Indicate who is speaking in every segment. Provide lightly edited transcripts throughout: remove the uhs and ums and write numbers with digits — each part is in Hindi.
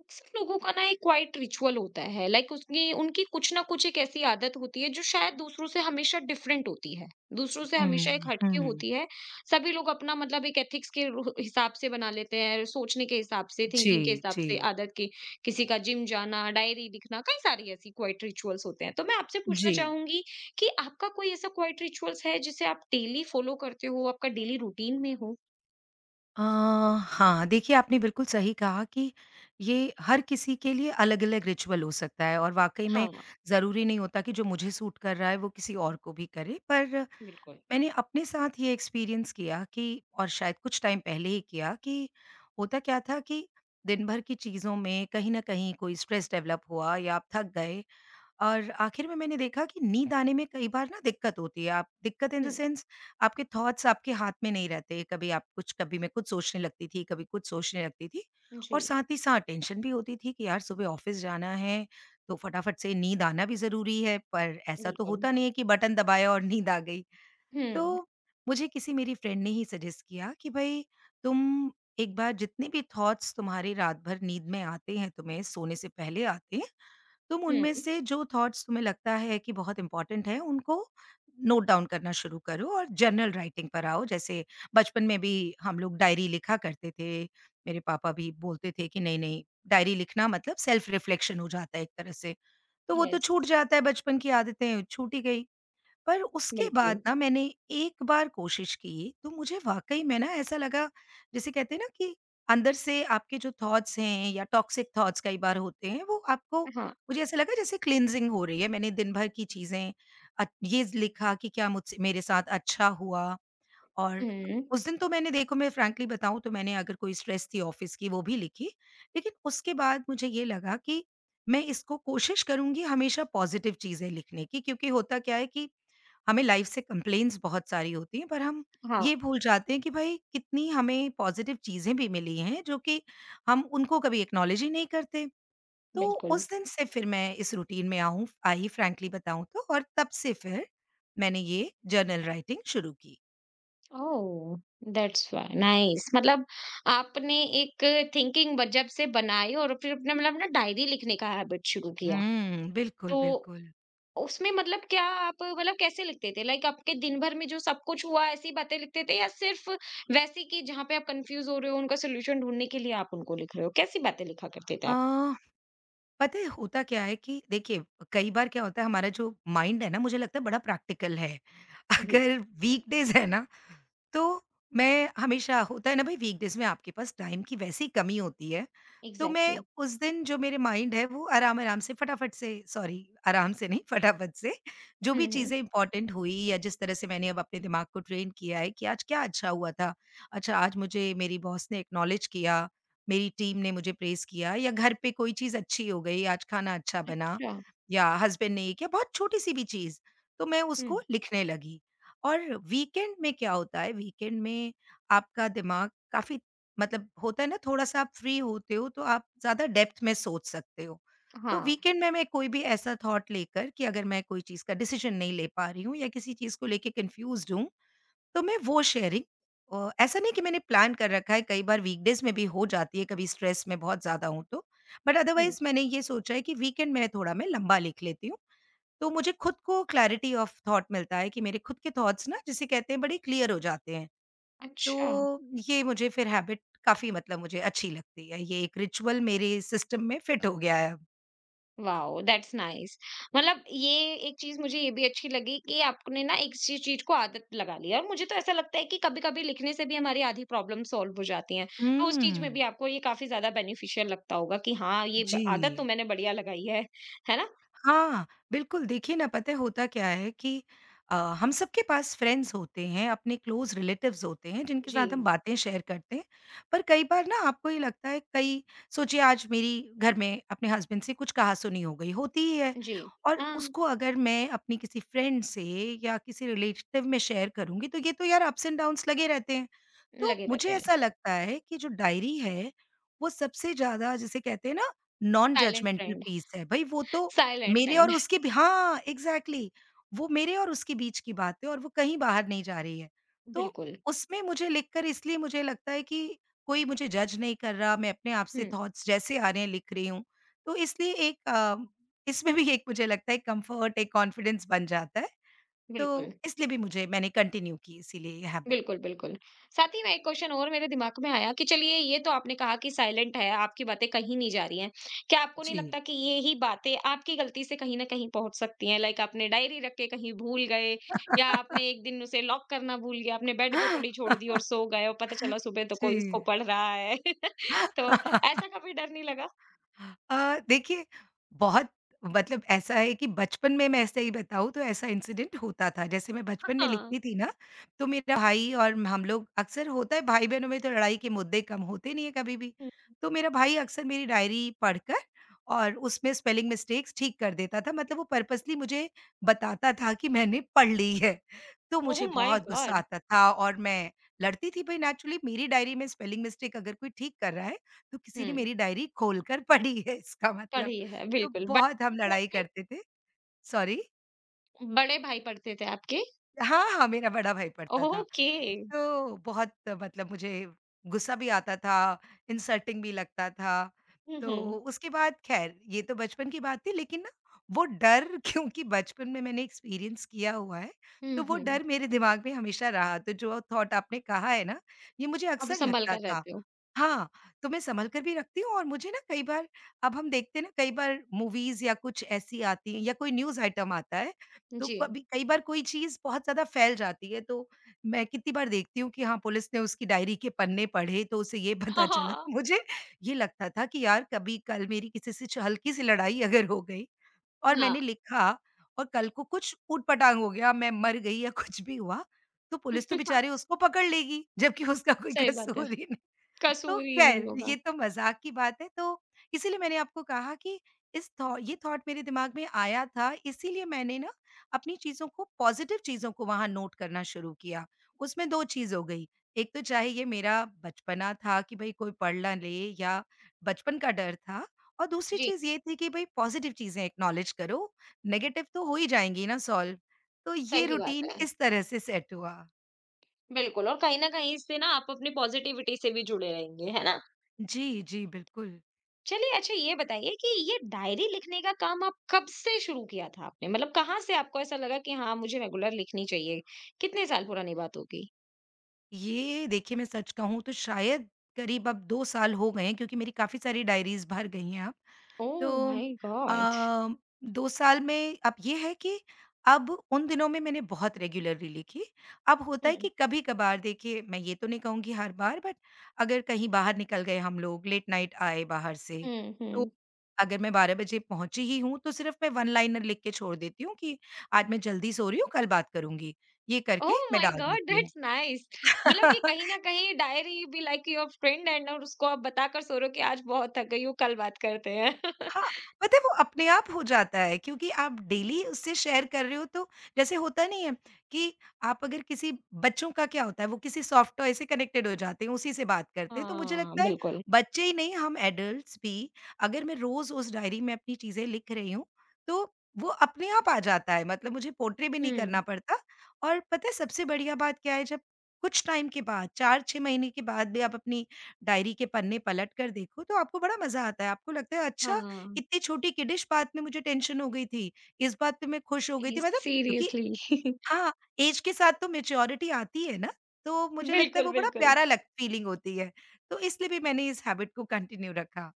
Speaker 1: अक्सर लोगों का ना एक क्वाइट रिचुअल होता है। लाइक उसकी उनकी कुछ ना कुछ एक ऐसी आदत होती है जो शायद दूसरों से हमेशा डिफरेंट होती है। दूसरों से हमेशा एक
Speaker 2: हुँ,
Speaker 1: हटके
Speaker 2: हुँ।
Speaker 1: होती है। सभी लोग अपना मतलब एक एथिक्स के हिसाब से बना लेते हैं, सोचने के हिसाब से, थिंकिंग के
Speaker 2: जी,
Speaker 1: हिसाब
Speaker 2: जी,
Speaker 1: से, आदत के। किसी का जिम जाना, डायरी लिखना, कई सारी ऐसी क्वाइट रिचुअल्स होते हैं। तो मैं आपसे पूछना
Speaker 2: जी।
Speaker 1: चाहूंगी कि आपका कोई ऐसा क्वाइट रिचुअल्स है जिसे आप डेली फॉलो करते हो, आपका डेली रूटीन में हो।
Speaker 2: अ, हाँ, देखिए आपने बिल्कुल सही कहा कि ये हर किसी के लिए अलग-अलग रिचुअल हो सकता है और वाक़ई में
Speaker 1: हाँ,
Speaker 2: ज़रूरी नहीं होता कि जो मुझे सूट कर रहा है वो किसी और को भी करे। पर
Speaker 1: बिल्कुल।
Speaker 2: मैंने अपने साथ ये एक्सपीरियंस किया कि और शायद कुछ टाइम पहले ही किया कि होता क्या था कि दिन भर की चीज़ों में कहीं न कहीं कोई स्ट्रेस डेवलप हुआ या आप थक गए। और आखिर में मैंने देखा कि नींद आने में कई बार ना दिक्कत होती है। आप दिक्कत इन द
Speaker 1: हम्म।
Speaker 2: सेंस आपके थॉट्स आपके हाथ में नहीं रहते। कभी आप कुछ कभी मैं कुछ सोचने लगती थी, कभी कुछ सोचने लगती थी।
Speaker 1: जी,
Speaker 2: और साथ ही साथ टेंशन भी होती थी कि यार सुबह ऑफ़िस जाना है, तो फटाफट से नींद आना भी ज़रूरी है, पर ऐसा तो
Speaker 1: बिल्कुल।
Speaker 2: होता नहीं है कि बटन दबाया और नींद आ गई।
Speaker 1: हम्म।
Speaker 2: तो मुझे किसी मेरी फ्रेंड ने ही सजेस्ट किया कि भई तुम एक बार जितने भी थॉट्स तुम्हारे रात भर नींद में आते हैं तुम्हें सोने से पहले आते हैं, तुम उनमें
Speaker 1: हम्म।
Speaker 2: से जो थॉट्स तुम्हें लगता है कि बहुत इम्पोर्टेंट है उनको नोट डाउन करना शुरू करो और जर्नल राइटिंग पर आओ। जैसे बचपन में भी हम लोग डायरी लिखा करते थे। मेरे पापा भी बोलते थे कि नहीं नहीं, डायरी लिखना मतलब सेल्फ रिफ्लेक्शन हो जाता है एक तरह से। तो वो तो
Speaker 1: यस,
Speaker 2: छूट जाता है, बचपन की आदतें छूट ही गई। पर उसके बाद
Speaker 1: बिल्कुल।
Speaker 2: ना मैंने एक बार कोशिश की, तो मुझे वाक़ई में ना ऐसा लगा, जिसे कहते हैं ना कि अंदर से आपके जो थॉट्स हैं या टॉक्सिक थॉट्स कई बार होते हैं वो आपको,
Speaker 1: हाँ,
Speaker 2: मुझे ऐसा लगा जैसे क्लींजिंग हो रही है। मैंने दिन भर की चीज़ें ये लिखा कि क्या मुझसे मेरे साथ अच्छा हुआ। और
Speaker 1: हुँ।
Speaker 2: उस दिन तो मैंने देखो, मैं फ्रैंकली बताऊँ तो मैंने अगर कोई स्ट्रेस थी ऑफ़िस की वो भी लिखी। लेकिन उसके बाद मुझे ये लगा कि मैं इसको कोशिश करूँगी हमेशा पॉज़िटिव चीज़ें लिखने की, क्योंकि होता क्या है कि हमें लाइफ से कंप्लेंट्स बहुत सारी होती हैं, पर हम
Speaker 1: हाँ,
Speaker 2: ये भूल जाते हैं कि भाई कितनी हमें पॉज़िटिव चीज़ें भी मिली हैं, जो कि हम उनको कभी एक्नॉलेज ही नहीं करते। तो
Speaker 1: बिल्कुल।
Speaker 2: उस दिन से फिर मैं इस रूटीन में आऊँ आई, फ्रैंकली बताऊँ तो, और तब से फिर मैंने ये जर्नल राइटिंग शुरू की।
Speaker 1: ओह! That's why nice. मतलब आपने एक थिंकिंग ब जब से बनाई और फिर अपने मतलब ना डायरी लिखने का हैबिट शुरू किया।
Speaker 2: हुँ, बिल्कुल,
Speaker 1: तो
Speaker 2: बिल्कुल।
Speaker 1: उसमें मतलब क्या आप मतलब कैसे लिखते थे? लाइक आपके दिन भर में जो सब कुछ हुआ ऐसी बातें लिखते थे या सिर्फ़ वैसे कि जहाँ पे आप कन्फ्यूज़ हो रहे हो उनका सॉल्यूशन ढूँढने के लिए आप उनको लिख रहे हो? कैसी बातें लिखा करते थे
Speaker 2: अ,
Speaker 1: आप?
Speaker 2: पता है होता क्या है कि देखिए कई बार क्या होता है, हमारा जो माइंड है ना मुझे लगता है बड़ा प्रैक्टिकल है।
Speaker 1: जी,
Speaker 2: अगर वीकडेज़ है ना, तो मैं हमेशा होता है ना भाई वीकडेज़ में आपके पास टाइम की वैसे ही कमी होती है, तो मैं
Speaker 1: एग्ज़ैक्टली।
Speaker 2: उस दिन जो मेरे माइंड है वो आराम-आराम से फटाफट से, सॉरी, आराम से नहीं फटाफट से, जो
Speaker 1: हुँ,
Speaker 2: भी
Speaker 1: हुँ।
Speaker 2: चीज़ें इम्पोर्टेंट हुई या जिस तरह से मैंने अब अपने दिमाग को ट्रेन किया है कि आज क्या अच्छा हुआ था। अच्छा, आज मुझे मेरी बॉस ने एक्नॉलेज किया, मेरी टीम ने मुझे प्रेज़ किया या घर पे कोई चीज़ अच्छी हो गई, आज खाना अच्छा बना
Speaker 1: अच्छा।
Speaker 2: या हस्बैंड ने ये किया, बहुत छोटी-सी भी चीज़, तो मैं
Speaker 1: हुँ।
Speaker 2: उसको लिखने लगी। और वीकेंड में क्या होता है, वीकेंड में आपका दिमाग काफ़ी, मतलब होता है ना थोड़ा-सा आप फ्री होते हो तो आप ज़्यादा डेप्थ में सोच सकते हो। तो
Speaker 1: हाँ,
Speaker 2: वीकेंड में मैं कोई भी ऐसा थॉट लेकर कि अगर मैं कोई चीज़ का डिसीज़न नहीं ले पा रही हूँ या किसी चीज़ को लेके कन्फ्यूज़्ड हूँ, तो मैं वो शेयरिंग ऐसा नहीं कि मैंने प्लान कर रखा है, कई बार वीकडेज़ में भी हो जाती है कभी स्ट्रेस में बहुत ज़्यादा हूँ तो। But
Speaker 1: hmm.
Speaker 2: अदरवाइज़ मैंने ये सोचा है कि वीकेंड में थोड़ा मैं लंबा लिख लेती हूँ। तो मुझे खुद को क्लैरिटी ऑफ थॉट मिलता है कि मेरे खुद के थॉट्स ना जिसे कहते हैं बड़े क्लियर हो जाते हैं।
Speaker 1: अच्छा।
Speaker 2: तो ये मुझे फिर हैबिट काफ़ी, मतलब मुझे अच्छी लगती है। ये एक रिचुअल मेरे सिस्टम में फिट हो गया है अब।
Speaker 1: Wow, that's nice. मतलब ये एक चीज मुझे ये भी अच्छी लगी कि आपने ना एक चीज चीज को आदत लगा ली है। और मुझे तो ऐसा लगता है कि कभी कभी लिखने से भी हमारी आधी प्रॉब्लम सॉल्व हो जाती हैं। तो उस चीज में भी
Speaker 2: हुँ।
Speaker 1: आपको ये काफी ज्यादा बेनिफिशियल लगता होगा कि हाँ ये
Speaker 2: जी।
Speaker 1: आदत तो मैंने बढ़िया लगाई है ना?
Speaker 2: हाँ, बिल्कुल, देखिए ना पता है होता क्या है कि अ, हम सबके पास फ्रेंड्स होते हैं, अपने क्लोज़ रिलेटिव्स होते हैं जिनके
Speaker 1: जी।
Speaker 2: साथ हम बातें शेयर करते हैं। पर कई बार ना आपको ये लगता है, कई सोचिए आज मेरी घर में अपने हस्बैंड से कुछ कहा-सुनी हो गई, होती ही है।
Speaker 1: जी।
Speaker 2: और
Speaker 1: हाँ।
Speaker 2: उसको अगर मैं अपनी किसी फ्रेंड से या किसी रिलेटिव में शेयर करूँगी तो ये तो यार अप्स एंड डाउन्स लगे रहते हैं। तो
Speaker 1: लगे
Speaker 2: मुझे
Speaker 1: रहते हैं।
Speaker 2: ऐसा लगता है कि जो डायरी है, वो सबसे ज़्यादा जिसे कहते हैं ना non
Speaker 1: silent
Speaker 2: judgemental
Speaker 1: friend.
Speaker 2: Peace है। भई वो तो
Speaker 1: साइलेंट
Speaker 2: मेरे
Speaker 1: फ्रेंड।
Speaker 2: और उसके भी, हाँ, एग्ज़ैक्टली, वो मेरे और उसके बीच की बात है और वो कहीं बाहर नहीं जा रही है। तो
Speaker 1: बिल्कुल।
Speaker 2: उसमें मुझे लिखकर, इसलिए मुझे लगता है कि कोई मुझे जज नहीं कर रहा, मैं अपने आप से
Speaker 1: हम्म।
Speaker 2: थॉट्स जैसे आ रहे हैं लिख रही हूँ। तो इसलिए एक इसमें भी एक मुझे लगता है कम्फर्ट, एक कॉन्फिडेंस बन जाता है।
Speaker 1: बिल्कुल।
Speaker 2: तो इसलिए भी मुझे मैंने कंटिन्यू की, इसीलिए ये हैबिट।
Speaker 1: बिल्कुल, बिल्कुल। साथ ही में एक क्वेश्चन और मेरे दिमाग में आया कि चलिए, ये तो आपने कहा कि साइलेंट है, आपकी बातें कहीं नहीं जा रही हैं। क्या आपको नहीं
Speaker 2: जी।
Speaker 1: लगता कि ये ही बातें आपकी गलती से कहीं न कहीं पहुँच सकती हैं? लाइक आपने डायरी रख के कहीं भूल गए, या आपने एक दिन उसे लॉक करना भूल गए, आपने बेड पे पड़ी छोड़ दी और सो गए और पता चला सुबह तो
Speaker 2: जी।
Speaker 1: कोई इसको पढ़ रहा है। तो ऐसा कभी डर नहीं लगा?
Speaker 2: देखिए, बहुत मतलब ऐसा है कि बचपन में मैं सही बताऊँ तो ऐसा इंसिडेंट होता था। जैसे मैं बचपन में
Speaker 1: हाँ।
Speaker 2: लिखती थी ना, तो मेरा भाई और हम लोग अक्सर होता है भाई-बहनों में तो लड़ाई के मुद्दे कम होते नहीं है कभी भी।
Speaker 1: हुँ।
Speaker 2: तो मेरा भाई अक्सर मेरी डायरी पढ़कर और उसमें स्पेलिंग मिस्टेक्स ठीक कर देता था। मतलब वो पर्पसली मुझे बताता था कि मैंने पढ़ ली है। तो
Speaker 1: ओह
Speaker 2: मुझे
Speaker 1: माय
Speaker 2: बहुत गुस्सा
Speaker 1: गॉड!
Speaker 2: आता था और मैं लड़ती थी, भाई नेचुरली मेरी डायरी में स्पेलिंग मिस्टेक अगर कोई ठीक कर रहा है, तो किसी ने
Speaker 1: हुँ,
Speaker 2: मेरी डायरी खोलकर पढ़ी है इसका मतलब।
Speaker 1: पढ़ी है
Speaker 2: तो
Speaker 1: बिल्कुल।
Speaker 2: बहुत
Speaker 1: बड़े
Speaker 2: हम
Speaker 1: थे
Speaker 2: लड़ाई
Speaker 1: आपके?
Speaker 2: करते थे। सॉरी।
Speaker 1: बड़े भाई पढ़ते थे आपके?
Speaker 2: हाँ, हाँ, मेरा बड़ा भाई पढ़ता था।
Speaker 1: ओके।
Speaker 2: तो बहुत मतलब मुझे गुस्सा भी आता था, इंसल्टिंग भी लगता था।
Speaker 1: हुँ,
Speaker 2: तो
Speaker 1: हुँ।
Speaker 2: उसके बाद, ख़ैर ये तो बचपन की बात थी, लेकिन ना वो डर क्योंकि बचपन में मैंने एक्सपीरियंस किया हुआ है,
Speaker 1: हुँ,
Speaker 2: तो वो
Speaker 1: हुँ।
Speaker 2: डर मेरे दिमाग में हमेशा रहा। तो जो थॉट आपने कहा है ना, ये मुझे
Speaker 1: अब
Speaker 2: अक्सर
Speaker 1: सँभल
Speaker 2: लगता
Speaker 1: कर
Speaker 2: था।
Speaker 1: रहते हो।
Speaker 2: हाँ, तो मैं सँभल कर भी रखती हूँ और मुझे ना कई बार, अब हम देखते हैं ना कई बार मूवीज़ या कुछ ऐसी आती हैं या कोई न्यूज़ आइटम आता है, तो
Speaker 1: जी।
Speaker 2: कभी कई बार कोई चीज़ बहुत ज़्यादा फैल जाती है, तो मैं कितनी बार देखती हूँ कि हाँ, पुलिस ने उसकी डायरी के पन्ने पढ़े तो उसे ये
Speaker 1: हाँ,
Speaker 2: पता चला।
Speaker 1: हाँ।
Speaker 2: तो मुझे ये लगता था कि यार कभी कल मेरी किसी से च हल्की-सी लड़ाई अगर हो गई और मैंने लिखा और कल को कुछ ऊट-पटांग हो गया, मैं मर गई या कुछ भी हुआ, तो पुलिस तो
Speaker 1: हाँ।
Speaker 2: बेचारी उसको पकड़ लेगी, जबकि उसका कोई
Speaker 1: सही बात है।
Speaker 2: कसूर ही नहीं। तो
Speaker 1: कसूर ही नहीं
Speaker 2: ख़ैर
Speaker 1: होगा।
Speaker 2: ये तो मज़ाक की बात है, तो इसीलिए मैंने आपको कहा कि इस थॉ ये थॉट मेरे दिमाग में आया था, इसीलिए मैंने ना अपनी चीज़ों को, पॉज़िटिव चीज़ों को वहाँ नोट करना शुरू किया। उसमें 2 चीज़ हो गई, एक तो चाहे ये मेरा बचपना था कि भई कोई पढ़ ना ले या बचपन का डर था, और दूसरी
Speaker 1: जी,
Speaker 2: चीज़ ये थी कि भई पॉज़िटिव चीज़ें एक्नॉलेज करो, नेगेटिव तो हो ही जाएँगी ना सॉल्व। तो ये
Speaker 1: सही बात
Speaker 2: रूटीन
Speaker 1: है।
Speaker 2: इस तरह से सेट हुआ।
Speaker 1: बिल्कुल, और कहीं न कहीं इससे ना आप अपनी पॉज़िटिविटी से भी जुड़े रहेंगे, है ना?
Speaker 2: जी, जी, बिल्कुल।
Speaker 1: चलिए, अच्छा ये बताइए कि ये डायरी लिखने का काम आप कब से शुरू किया था आपने? मतलब कहाँ से आपको ऐसा लगा कि हाँ, मुझे रेगुलर लिखनी चाहिए? कितने साल पुरानी बात होगी?
Speaker 2: ये देखिए मैं सच कहूँ तो शायद करीब अब 2 साल हो गए हैं क्योंकि मेरी काफ़ी सारी डायरीज़ भर गई हैं अब।
Speaker 1: ओह
Speaker 2: तो
Speaker 1: माय गॉड!
Speaker 2: अ, 2 साल में अब ये है कि अब उन दिनों में मैंने बहुत रेगुलरली लिखी। अब होता है
Speaker 1: हुँ।
Speaker 2: कि कभी-कभार, देखिए मैं ये तो नहीं कहूँगी हर बार, बट अगर कहीं बाहर निकल गए हम लोग, लेट नाइट आए बाहर से,
Speaker 1: हुँ,
Speaker 2: तो
Speaker 1: हुँ।
Speaker 2: अगर मैं 12 बजे पहुँची ही हूँ तो सिर्फ़ मैं वन लाइनर लिख के छोड़ देती हूँ कि आज मैं जल्दी सो रही हूँ, कल बात करूँगी। ये करके
Speaker 1: ओह
Speaker 2: मैं
Speaker 1: माय
Speaker 2: डाल
Speaker 1: गॉड,
Speaker 2: देती हूँ।
Speaker 1: That's nice. मतलब कि कहीं ना कहीं diary be like your friend and, और उसको आप बताकर सो रहे हो कि आज बहुत थक गई हूँ, कल बात करते हैं।
Speaker 2: हाँ, पता है वो अपने आप हो जाता है, क्योंकि आप डेली उससे शेयर कर रहे हो तो जैसे होता नहीं है कि आप अगर किसी, बच्चों का क्या होता है वो किसी सॉफ्ट टॉय से कनेक्टेड हो जाते हैं, उसी से बात करते हैं। तो मुझे
Speaker 1: हाँ,
Speaker 2: लगता है
Speaker 1: बिल्कुल।
Speaker 2: बच्चे ही नहीं हम एडल्ट्स भी, अगर मैं रोज़ उस डायरी में अपनी चीज़ें लिख रही हूँ, तो वो अपने आप आ जाता है, मतलब मुझे पोट्री भी नहीं
Speaker 1: हम्म।
Speaker 2: करना पड़ता। और पता है सबसे बढ़िया बात क्या है, जब कुछ टाइम के बाद 4-6 महीने के बाद भी आप अपनी डायरी के पन्ने पलट कर देखो तो आपको बड़ा मज़ा आता है। आपको लगता है अच्छा
Speaker 1: हाँ।
Speaker 2: इतनी छोटी की डिश बात में मुझे टेंशन हो गई थी, इस बात पे मैं खुश हो गई थी, मतलब क्योंकि
Speaker 1: सीरियसली।
Speaker 2: हाँ, ऐज के साथ तो मैच्योरिटी आती है ना, तो मुझे लगता है
Speaker 1: बिल्कुल,
Speaker 2: वो बड़ा
Speaker 1: बिल्कुल।
Speaker 2: प्यारा लग फीलिंग होती है, तो इसलिए भी मैंने इस हैबिट को कंटिन्यू रखा।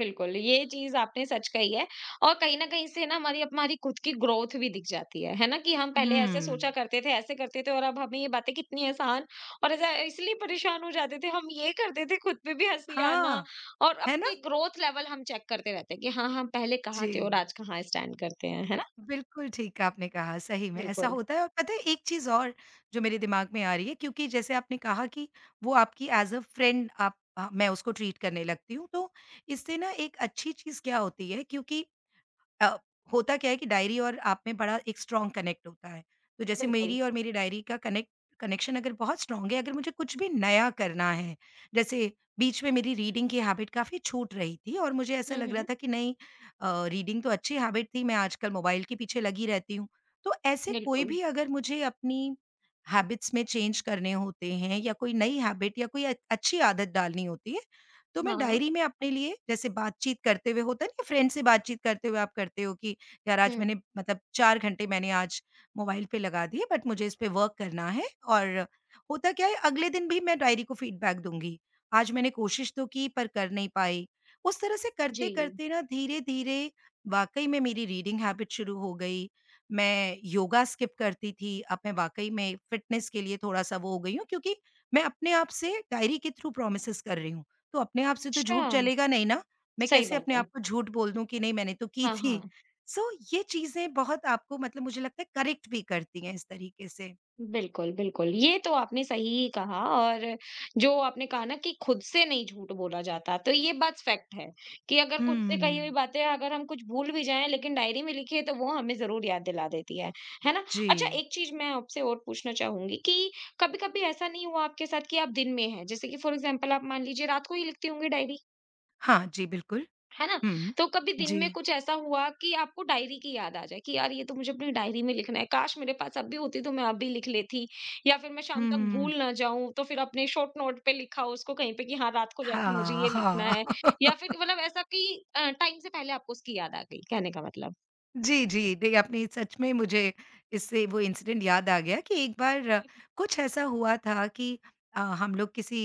Speaker 1: बिल्कुल, ये चीज़ आपने सच कही है। और कहीं न कहीं से ना हमारी हमारी खुद की ग्रोथ भी दिख जाती है ना? कि हम पहले ऐसे सोचा
Speaker 2: हुँ।
Speaker 1: करते थे, ऐसे करते थे और अब हमें ये बातें कितनी आसान, और ऐसा इसलिए परेशान हो जाते थे, हम ये करते थे, खुद पे भी हँसी आना,
Speaker 2: हाँ,
Speaker 1: और
Speaker 2: है ना?
Speaker 1: अपनी ग्रोथ लेवल हम चेक करते रहते हैं कि हाँ, हम पहले कहाँ थे और
Speaker 2: जी।
Speaker 1: आज कहाँ स्टैंड करते हैं, है ना?
Speaker 2: बिल्कुल ठीक आपने कहा, सही में ऐसा
Speaker 1: बिल्कुल,
Speaker 2: होता है और पता है एक चीज़ और जो मेरे दिमाग में आ रही है क्योंकि जैसे आपने कहा कि वो आपकी एज़ अ फ्रेंड आप मैं उसको ट्रीट करने लगती हूँ, तो इससे ना एक अच्छी चीज़ क्या होती है क्योंकि अ, होता क्या है कि डायरी और आप में बड़ा एक स्ट्रॉन्ग कनेक्ट होता है। तो जैसे
Speaker 1: बिल्कुल।
Speaker 2: मेरी और मेरी डायरी का कनेक्ट कनेक्शन अगर बहुत स्ट्रॉन्ग है, अगर मुझे कुछ भी नया करना है, जैसे बीच में मेरी रीडिंग की हैबिट काफ़ी छूट रही थी और मुझे ऐसा
Speaker 1: हुँ,
Speaker 2: लग रहा
Speaker 1: हुँ,
Speaker 2: था कि नहीं रीडिंग तो अच्छी हैबिट थी, मैं आजकल मोबाइल के पीछे लगी रहती हूँ। तो ऐसे कोई
Speaker 1: बिल्कुल।
Speaker 2: भी अगर मुझे अपनी हैबिट्स में चेंज करने होते हैं या कोई नई हैबिट या कोई अच्छी आदत डालनी होती है, तो मैं
Speaker 1: हाँ,
Speaker 2: डायरी में अपने लिए जैसे बातचीत करते हुए होता है ना फ्रेंड से बातचीत करते हुए आप करते हो कि यार आज
Speaker 1: हुँ,
Speaker 2: मैंने मतलब 4 घंटे मैंने आज मोबाइल पे लगा दिए बट मुझे इस पे वर्क करना है और होता क्या है अगले दिन भी मैं डायरी को फीडबैक दूँगी। आज मैंने कोशिश तो की पर कर नहीं पाई। उस तरह से
Speaker 1: जी।
Speaker 2: करते-करते ना धीरे-धीरे वाक़ई में मेरी रीडिंग हैबिट शुरू हो गई। मैं योगा स्किप करती थी, अब मैं वाक़ई में फ़िटनेस के लिए थोड़ा-सा वो हो गई हूँ क्योंकि मैं अपने आप से डायरी के थ्रू प्रॉमिसेस कर रही हूँ। तो अपने आप से तो
Speaker 1: अच्छा,
Speaker 2: झूठ चलेगा नहीं ना, मैं
Speaker 1: सही
Speaker 2: कैसे
Speaker 1: बात
Speaker 2: अपने
Speaker 1: है।
Speaker 2: आप को झूठ बोल दूँ कि नहीं मैंने तो की
Speaker 1: हाँ,
Speaker 2: थी।
Speaker 1: हाँ।
Speaker 2: सो ये चीज़ें बहुत आपको मतलब मुझे लगता है करेक्ट भी करती हैं इस तरीके से।
Speaker 1: बिल्कुल, बिल्कुल। ये तो आपने सही कहा। और जो आपने कहा ना कि खुद से नहीं झूठ बोला जाता, तो ये बात फैक्ट है कि अगर खुद से कही हुई
Speaker 2: हुँ,
Speaker 1: बातें अगर हम कुछ भूल भी जाएँ लेकिन डायरी में लिखी है तो वो हमें ज़रूर याद दिला देती है ना?
Speaker 2: जी।
Speaker 1: अच्छा, एक चीज़ मैं आपसे और पूछना चाहूँगी कि कभी-कभी ऐसा नहीं हुआ आपके साथ कि आप दिन में हैं, जैसे कि फॉर एग्ज़ाम्पल आप मान लीजिए रात को ही लिखते होंगे डायरी?
Speaker 2: हाँ, जी बिल्कुल।
Speaker 1: है ना?
Speaker 2: हुँ।
Speaker 1: तो कभी दिन में
Speaker 2: जी।
Speaker 1: कुछ ऐसा हुआ कि आपको डायरी की याद आ जाए कि यार ये तो मुझे अपनी डायरी में लिखना है, काश मेरे पास अब भी होती तो मैं अब भी लिख लेती, या फिर मैं शाम तक
Speaker 2: हुँ।
Speaker 1: भूल ना जाऊँ तो फिर अपने शॉर्ट नोट पे लिखा हो उसको कहीं पे कि हाँ, रात को जाके मुझे
Speaker 2: हाँ,
Speaker 1: ये लिखना
Speaker 2: हाँ।
Speaker 1: है, या फिर मतलब ऐसा कि टाइम से पहले आपको उसकी याद आ गई, कहने का मतलब।
Speaker 2: जी, जी। नहीं, आपने सच में मुझे इससे वो इंसिडेंट याद आ गया कि एक बार कुछ ऐसा हुआ था कि हम लोग किसी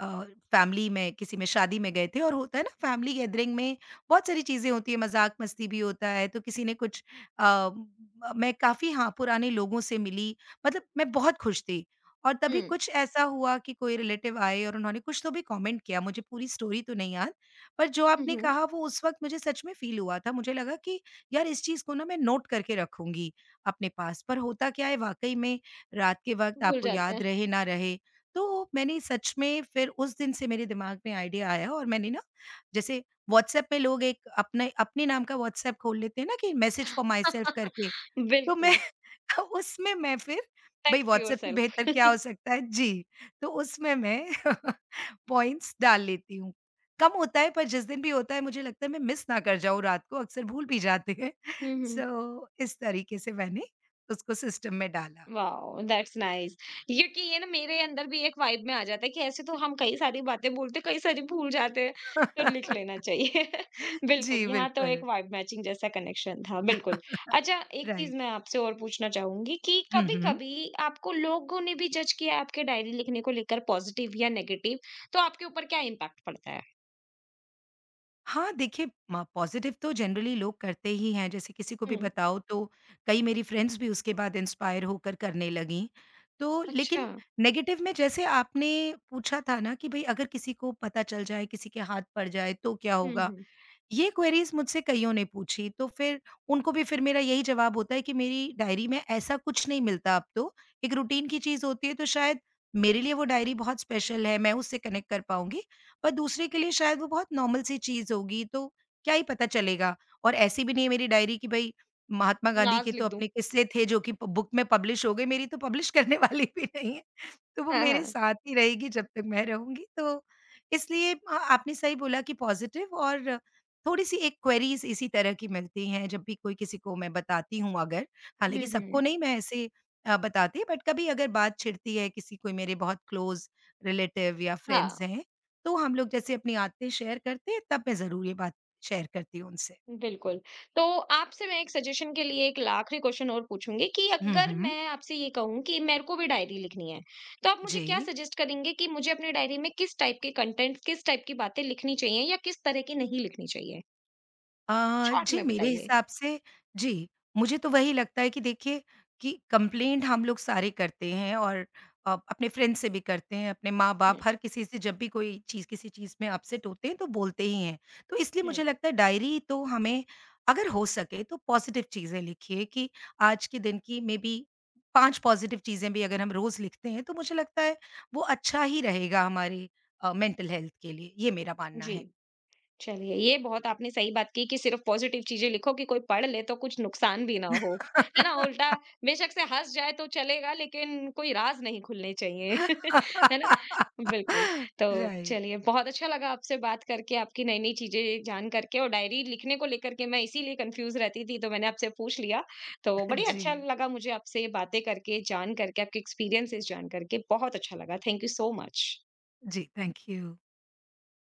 Speaker 2: अ, फैमिली में किसी में शादी में गए थे और होता है ना फैमिली गैदरिंग में बहुत सारी चीज़ें होती हैं, मज़ाक-मस्ती भी होता है, तो किसी ने कुछ अ, म मैं काफ़ी हाँ, पुराने लोगों से मिली, मतलब मैं बहुत खुश थी। और तभी
Speaker 1: हुँ।
Speaker 2: कुछ ऐसा हुआ कि कोई रिलेटिव आए और उन्होंने कुछ तो भी कमेंट किया, मुझे पूरी स्टोरी तो नहीं याद, पर जो
Speaker 1: हुँ,
Speaker 2: आपने
Speaker 1: हुँ।
Speaker 2: कहा वो उस वक़्त मुझे सच में फ़ील हुआ था। मुझे लगा कि यार इस चीज़ को ना मैं नोट करके रखूँगी अपने पास। पर होता क्या है वाक़ई में रात के वक़्त
Speaker 1: भूल
Speaker 2: आपको
Speaker 1: जाते हैं।
Speaker 2: याद रहे ना रहे, तो मैंने सच में फिर उस दिन से मेरे दिमाग में आइडिया आया और मैंने ना जैसे व्हाट्सएप में लोग एक अपने अपने नाम का व्हाट्सएप खोल लेते हैं ना कि मैसेज फॉर मायसेल्फ करके, तो मैं
Speaker 1: बिल्कुल,
Speaker 2: उसमें मैं फिर भई
Speaker 1: टेक्स्ट
Speaker 2: व्हाट्सएप से
Speaker 1: योरसेल्फ।
Speaker 2: बेहतर क्या हो सकता है? जी, तो उसमें मैं पॉइंट्स डाल लेती हूँ। कम होता है पर जिस दिन भी होता है मुझे लगता है मैं मिस ना कर जाऊँ रात को, अक्सर भूल भी जाते हैं।
Speaker 1: हुँ, हुँ।
Speaker 2: सो इस तरीके से मैंने उसको सिस्टम में डाला।
Speaker 1: Wow, that's nice. क्योंकि ये ना मेरे अंदर भी एक वाइब में आ जाता है कि ऐसे तो हम कई सारी बातें बोलते कई सारी भूल जाते हैं, तो लिख लेना चाहिए।
Speaker 2: जी,
Speaker 1: बिल्कुल, यहाँ तो एक
Speaker 2: बिल्कुल।
Speaker 1: वाइब मैचिंग जैसा कनेक्शन था, बिल्कुल। अच्छा, एक चीज
Speaker 2: राइट।
Speaker 1: मैं आपसे और पूछना चाहूंगी कि
Speaker 2: हुँ,
Speaker 1: कभी
Speaker 2: हुँ।
Speaker 1: कभी आपको लोगों ने भी जज किया है आपके डायरी लिखने को लेकर, पॉजिटिव या नेगेटिव? तो आपके ऊपर क्या इम्पैक्ट पड़ता है?
Speaker 2: हाँ, देखिए म पॉज़िटिव तो जनरली लोग करते ही हैं, जैसे किसी को भी
Speaker 1: हम्म।
Speaker 2: बताओ तो कई मेरी फ्रेंड्स भी उसके बाद इंस्पायर होकर करने लगीं। तो
Speaker 1: अच्छा।
Speaker 2: लेकिन नेगेटिव में जैसे आपने पूछा था ना कि भई अगर किसी को पता चल जाए, किसी के हाथ पड़ जाए तो क्या
Speaker 1: हम्म।
Speaker 2: होगा?
Speaker 1: हम्म।
Speaker 2: ये क्वेरीज़ मुझसे कइयों ने पूछी, तो फिर उनको भी फिर मेरा यही जवाब होता है कि मेरी डायरी में ऐसा कुछ नहीं मिलता अब तो, एक रूटीन की चीज़ होती है तो शायद मेरे लिए वो डायरी बहुत स्पेशल है, मैं उससे कनेक्ट कर पाऊँगी, पर दूसरे के लिए शायद वो बहुत नॉर्मल सी चीज़ होगी, तो क्या ही पता चलेगा? और ऐसी भी नहीं है मेरी डायरी कि भई महात्मा गांधी के
Speaker 1: राज
Speaker 2: तो
Speaker 1: लिख दूं।
Speaker 2: अपने किस्से थे जो कि प बुक में पब्लिश हो गए, मेरी तो पब्लिश करने वाली भी नहीं है। तो वो
Speaker 1: हाँ,
Speaker 2: मेरे
Speaker 1: हाँ।
Speaker 2: साथ ही रहेगी जब तक मैं रहूँगी। तो इसलिए आपने सही बोला कि पॉज़िटिव और थोड़ी-सी एक क्वेरीज़ इसी तरह की मिलती हैं जब भी कोई किसी को मैं बताती हूँ अगर,
Speaker 1: हम्म।
Speaker 2: हालाँकि सबको
Speaker 1: हम्म।
Speaker 2: नहीं मैं ऐसे बताती बट कभी अगर बात छिड़ती है किसी कोई मेरे बहुत क्लोज़ रिलेटिव या
Speaker 1: हाँ,
Speaker 2: फ्रेंड्स हैं, तो हम लोग जैसे अपनी आदतें शेयर करते हैं तब मैं ज़रूर ये बात शेयर करती हूँ उनसे।
Speaker 1: बिल्कुल। तो आपसे मैं एक सजेशन के लिए एक आखिरी क्वेश्चन और पूछूँगी कि
Speaker 2: हुँ,
Speaker 1: अगर
Speaker 2: हुँ।
Speaker 1: मैं आपसे ये कहूँ कि मेरे को भी डायरी लिखनी है, तो आप मुझे क्या
Speaker 2: जी।
Speaker 1: सजेस्ट करेंगे कि मुझे अपनी डायरी में किस टाइप के कंटेंट, किस टाइप की बातें लिखनी चाहिए या किस तरह की नहीं लिखनी चाहिए?
Speaker 2: अ,
Speaker 1: शॉर्ट
Speaker 2: जी,
Speaker 1: में
Speaker 2: मेरे
Speaker 1: बताइए।
Speaker 2: हिसाब से जी, मुझे तो वही लगता है कि देखिए कि कंप्लेंट हम लोग सारे करते हैं और अपने फ्रेंड से भी करते हैं, अपने माँ-बाप
Speaker 1: हुँ,
Speaker 2: हर किसी से जब भी कोई चीज़ किसी चीज़ में अपसेट होते हैं तो बोलते ही हैं। तो इसलिए
Speaker 1: हुँ।
Speaker 2: मुझे लगता है डायरी तो हमें अगर हो सके तो पॉज़िटिव चीज़ें लिखिए कि आज के दिन की मे बी 5 पॉज़िटिव चीज़ें भी अगर हम रोज़ लिखते हैं तो मुझे लगता है वो अच्छा ही रहेगा हमारी मेंटल हेल्थ के लिए। ये मेरा मानना
Speaker 1: जी।
Speaker 2: है।
Speaker 1: चलिए, ये बहुत आपने सही बात की कि सिर्फ़ पॉज़िटिव चीज़ें लिखो कि कोई पढ़ ले तो कुछ नुकसान भी ना हो, है ना? उल्टा, बेशक से हँस जाए तो चलेगा लेकिन कोई राज़ नहीं खुलने चाहिए। है ना? बिल्कुल, तो
Speaker 2: Right.
Speaker 1: चलिए, बहुत अच्छा लगा आपसे बात करके, आपकी नई-नई चीज़ें जान करके। और डायरी लिखने को लेकर के मैं इसीलिए कन्फ्यूज़ रहती थी तो मैंने आपसे पूछ लिया। तो बड़ी अच्छा
Speaker 2: Ji.
Speaker 1: लगा मुझे आपसे ये बातें करके, जान करके, आपके एक्सपीरियंसेज़ जान करके बहुत अच्छा लगा। Thank you so much.
Speaker 2: Ji. Thank you.